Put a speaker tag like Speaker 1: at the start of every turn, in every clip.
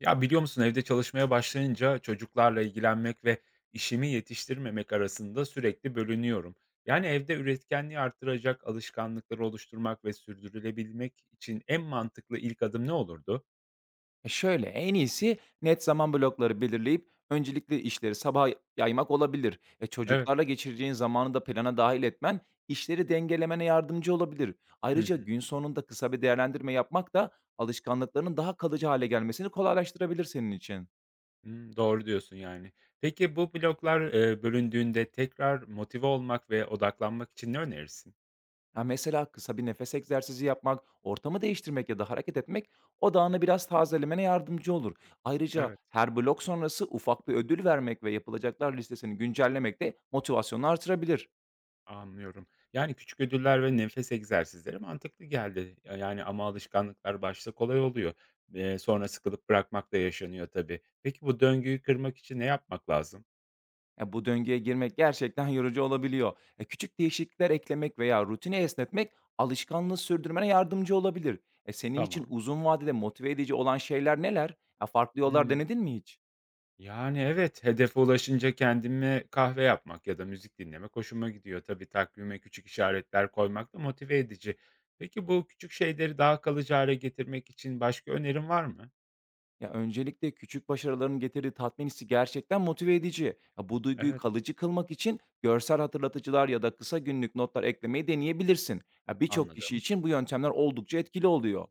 Speaker 1: Ya biliyor musun, evde çalışmaya başlayınca çocuklarla ilgilenmek ve işimi yetiştirmemek arasında sürekli bölünüyorum. Yani evde üretkenliği artıracak alışkanlıkları oluşturmak ve sürdürülebilmek için en mantıklı ilk adım ne olurdu?
Speaker 2: En iyisi net zaman blokları belirleyip öncelikli işleri sabaha yaymak olabilir.
Speaker 1: Evet.
Speaker 2: Çocuklarla geçireceğin zamanı da plana dahil etmen işleri dengelemene yardımcı olabilir.
Speaker 1: Hı
Speaker 2: Ayrıca
Speaker 1: hı.
Speaker 2: gün sonunda kısa bir değerlendirme yapmak da alışkanlıklarının daha kalıcı hale gelmesini kolaylaştırabilir senin için.
Speaker 1: Doğru diyorsun yani. Peki bu bloklar bölündüğünde tekrar motive olmak ve odaklanmak için ne önerirsin?
Speaker 2: Ya mesela kısa bir nefes egzersizi yapmak, ortamı değiştirmek ya da hareket etmek odağını biraz tazelemene yardımcı olur. Ayrıca
Speaker 1: Evet.
Speaker 2: her blok sonrası ufak bir ödül vermek ve yapılacaklar listesini güncellemek de motivasyonu artırabilir.
Speaker 1: Anlıyorum. Yani küçük ödüller ve nefes egzersizleri mantıklı geldi. Ya yani ama alışkanlıklar başta kolay oluyor. Sonra sıkılıp bırakmak da yaşanıyor tabii. Peki bu döngüyü kırmak için ne yapmak lazım?
Speaker 2: Bu döngüye girmek gerçekten yorucu olabiliyor. Küçük değişiklikler eklemek veya rutini esnetmek alışkanlığı sürdürmene yardımcı olabilir. Senin için
Speaker 1: Tamam.
Speaker 2: uzun vadede motive edici olan şeyler neler? Ya, farklı yollar
Speaker 1: Hımm.
Speaker 2: denedin mi hiç?
Speaker 1: Yani evet, hedefe ulaşınca kendime kahve yapmak ya da müzik dinlemek hoşuma gidiyor. Tabii takvime küçük işaretler koymak da motive edici. Peki bu küçük şeyleri daha kalıcı hâle getirmek için başka önerin var mı?
Speaker 2: Ya öncelikle küçük başarıların getirdiği tatmin hissi gerçekten motive edici. Ya, bu duyguyu
Speaker 1: Evet,
Speaker 2: kalıcı kılmak için görsel hatırlatıcılar ya da kısa günlük notlar eklemeyi deneyebilirsin. Ya, birçok kişi
Speaker 1: anladım.
Speaker 2: için bu yöntemler oldukça etkili oluyor.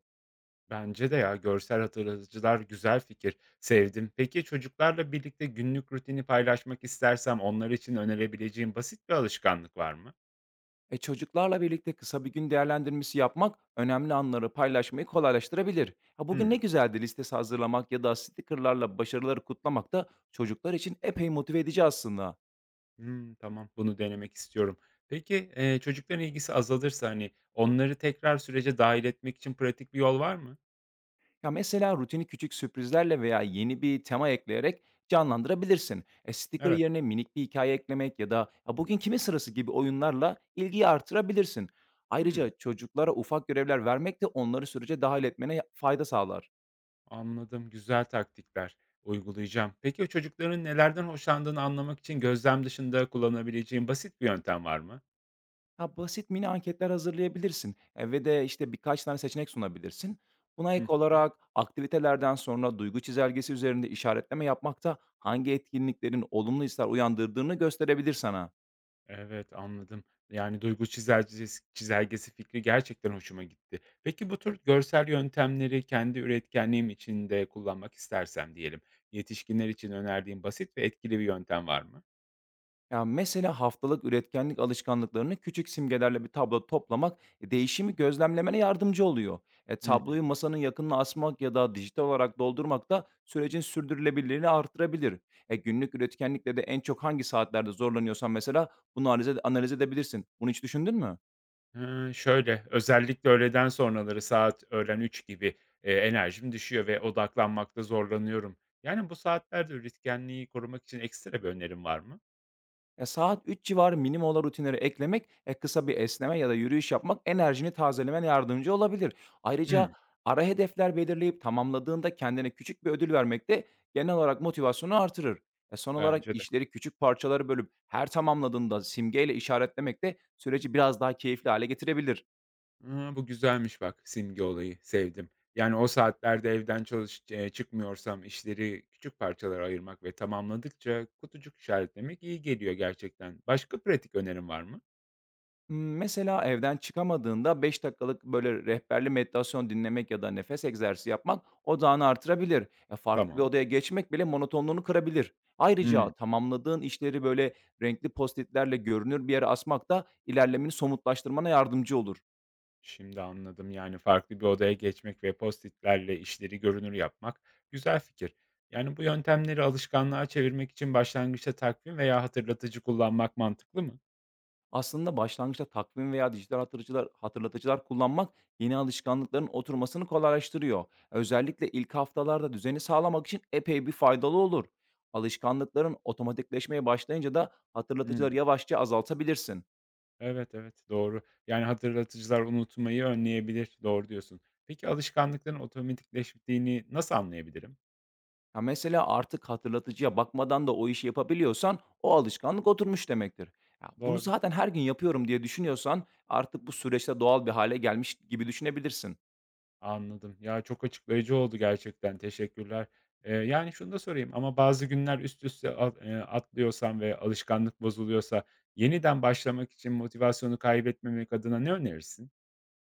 Speaker 1: Bence de ya, görsel hatırlatıcılar güzel fikir. Sevdim. Peki çocuklarla birlikte günlük rutini paylaşmak istersem onlar için önerebileceğim basit bir alışkanlık var mı?
Speaker 2: Çocuklarla birlikte kısa bir gün değerlendirmesi yapmak önemli anları paylaşmayı kolaylaştırabilir. Ha, bugün ne
Speaker 1: Hımm.
Speaker 2: güzeldi listesi hazırlamak ya da stickerlarla başarıları kutlamak da çocuklar için epey motive edici aslında.
Speaker 1: Tamam, bunu denemek istiyorum. Peki, çocukların ilgisi azalırsa, hani, onları tekrar sürece dahil etmek için pratik bir yol var mı?
Speaker 2: Ya mesela rutini küçük sürprizlerle veya yeni bir tema ekleyerek canlandırabilirsin. Sticker
Speaker 1: Evet.
Speaker 2: yerine minik bir hikaye eklemek ya da "Ya bugün kimin sırası gibi oyunlarla ilgiyi artırabilirsin. Ayrıca
Speaker 1: Hımm,
Speaker 2: çocuklara ufak görevler vermek de onları sürece dahil etmene fayda sağlar.
Speaker 1: anladım. Güzel taktikler. Uygulayacağım. Peki o çocukların nelerden hoşlandığını anlamak için gözlem dışında kullanabileceğim basit bir yöntem var mı?
Speaker 2: Ha, basit mini anketler hazırlayabilirsin, ve de, işte, birkaç tane seçenek sunabilirsin. Buna ek
Speaker 1: Hı.
Speaker 2: olarak aktivitelerden sonra duygu çizelgesi üzerinde işaretleme yapmak da hangi etkinliklerin olumlu hisler uyandırdığını gösterebilir sana.
Speaker 1: Evet, anladım. Yani duygu çizelgesi fikri gerçekten hoşuma gitti. Peki bu tür görsel yöntemleri kendi üretkenliğim için de kullanmak istersem diyelim, yetişkinler için önerdiğin basit ve etkili bir yöntem var mı?
Speaker 2: Ya mesela haftalık üretkenlik alışkanlıklarını küçük simgelerle bir tablo toplamak değişimi gözlemlemene yardımcı oluyor.
Speaker 1: Hı
Speaker 2: Tabloyu
Speaker 1: hı.
Speaker 2: masanın yakınına asmak ya da dijital olarak doldurmak da sürecin sürdürülebilirliğini artırabilir. Günlük üretkenlikle de en çok hangi saatlerde zorlanıyorsan mesela bunu analiz edebilirsin. Bunu hiç düşündün mü?
Speaker 1: Şöyle, özellikle öğleden sonraları saat öğlen 3 gibi, enerjim düşüyor ve odaklanmakta zorlanıyorum. Yani bu saatlerde üretkenliği korumak için ekstra bir önerim var mı?
Speaker 2: Ya, saat 3 civarı minimum olan rutinleri eklemek, kısa bir esneme ya da yürüyüş yapmak enerjini tazelemene yardımcı olabilir. Ayrıca
Speaker 1: Hıı,
Speaker 2: ara hedefler belirleyip tamamladığında kendine küçük bir ödül vermek de genel olarak motivasyonu artırır. Son olarak
Speaker 1: bence de.
Speaker 2: işleri küçük parçalara bölüp her tamamladığında simgeyle işaretlemek de süreci biraz daha keyifli hale getirebilir.
Speaker 1: A, bu güzelmiş bak, simge olayı, sevdim. Yani o saatlerde evden çalış çıkmıyorsam işleri küçük parçalara ayırmak ve tamamladıkça kutucuk işaretlemek iyi geliyor gerçekten. Başka pratik önerin var mı?
Speaker 2: Mesela evden çıkamadığında 5 dakikalık, böyle, rehberli meditasyon dinlemek ya da nefes egzersizi yapmak odağını artırabilir. Ya, farklı bir
Speaker 1: Tamam.
Speaker 2: odaya geçmek bile monotonluğunu kırabilir. Ayrıca
Speaker 1: Hımm,
Speaker 2: tamamladığın işleri, böyle, renkli postitlerle görünür bir yere asmak da ilerlemeni somutlaştırmana yardımcı olur.
Speaker 1: şimdi anladım. Yani farklı bir odaya geçmek ve Post-it'lerle işleri görünür yapmak güzel fikir. Yani bu yöntemleri alışkanlığa çevirmek için başlangıçta takvim veya hatırlatıcı kullanmak mantıklı mı?
Speaker 2: Aslında başlangıçta takvim veya dijital hatırlatıcılar kullanmak yeni alışkanlıkların oturmasını kolaylaştırıyor. Özellikle ilk haftalarda düzeni sağlamak için epey bir faydalı olur. Alışkanlıkların otomatikleşmeye başlayınca da
Speaker 1: Hıı.
Speaker 2: hatırlatıcıları yavaşça azaltabilirsin.
Speaker 1: Evet, evet, doğru. Yani hatırlatıcılar unutmayı önleyebilir. Doğru diyorsun. Peki alışkanlıkların otomatikleştiğini nasıl anlayabilirim?
Speaker 2: Ya mesela artık hatırlatıcıya bakmadan da o işi yapabiliyorsan o alışkanlık oturmuş demektir. Ya bunu
Speaker 1: Doğru.
Speaker 2: zaten her gün yapıyorum diye düşünüyorsan artık bu süreçte doğal bir hale gelmiş gibi düşünebilirsin.
Speaker 1: Anladım. Ya, çok açıklayıcı oldu gerçekten, teşekkürler. Şunu da sorayım ama bazı günler üst üste at atlıyorsam ve alışkanlık bozuluyorsa yeniden başlamak için motivasyonu kaybetmemek adına ne önerirsin?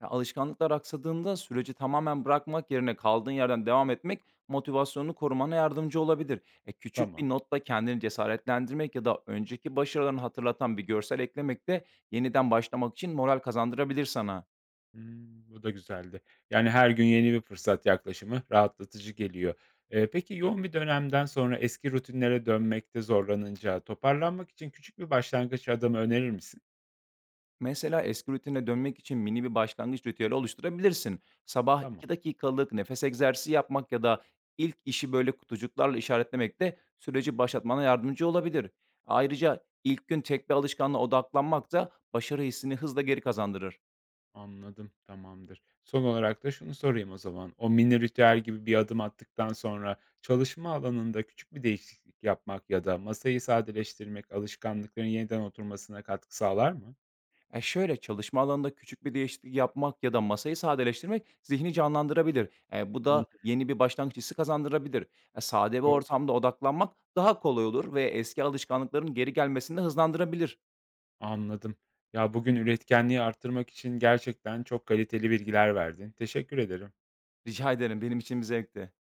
Speaker 2: Ya, alışkanlıklar aksadığında süreci tamamen bırakmak yerine kaldığın yerden devam etmek motivasyonunu korumana yardımcı olabilir. Küçük bir
Speaker 1: Tamam.
Speaker 2: notla kendini cesaretlendirmek ya da önceki başarılarını hatırlatan bir görsel eklemek de yeniden başlamak için moral kazandırabilir sana.
Speaker 1: Bu da güzeldi. Yani, her gün yeni bir fırsat yaklaşımı rahatlatıcı geliyor. Peki yoğun bir dönemden sonra eski rutinlere dönmekte zorlanınca toparlanmak için küçük bir başlangıç adımı önerir misin?
Speaker 2: Mesela eski rutine dönmek için mini bir başlangıç ritüeli oluşturabilirsin. Sabah
Speaker 1: Tamam,
Speaker 2: 2 dakikalık nefes egzersizi yapmak ya da ilk işi böyle kutucuklarla işaretlemek de süreci başlatmana yardımcı olabilir. Ayrıca ilk gün tek bir alışkanlığa odaklanmak da başarı hissini hızla geri kazandırır.
Speaker 1: anladım, tamamdır. Son olarak da şunu sorayım o zaman. O mini ritüel gibi bir adım attıktan sonra çalışma alanında küçük bir değişiklik yapmak ya da masayı sadeleştirmek alışkanlıkların yeniden oturmasına katkı sağlar mı?
Speaker 2: E şöyle Çalışma alanında küçük bir değişiklik yapmak ya da masayı sadeleştirmek zihni canlandırabilir. Bu
Speaker 1: Hı.
Speaker 2: da yeni bir başlangıç hissi kazandırabilir. Sade bir
Speaker 1: Doğru.
Speaker 2: ortamda odaklanmak daha kolay olur ve eski alışkanlıkların geri gelmesini de hızlandırabilir.
Speaker 1: Anladım. Ya, bugün üretkenliği arttırmak için gerçekten çok kaliteli bilgiler verdin. Teşekkür ederim.
Speaker 2: Rica ederim. Benim için bir zevkti.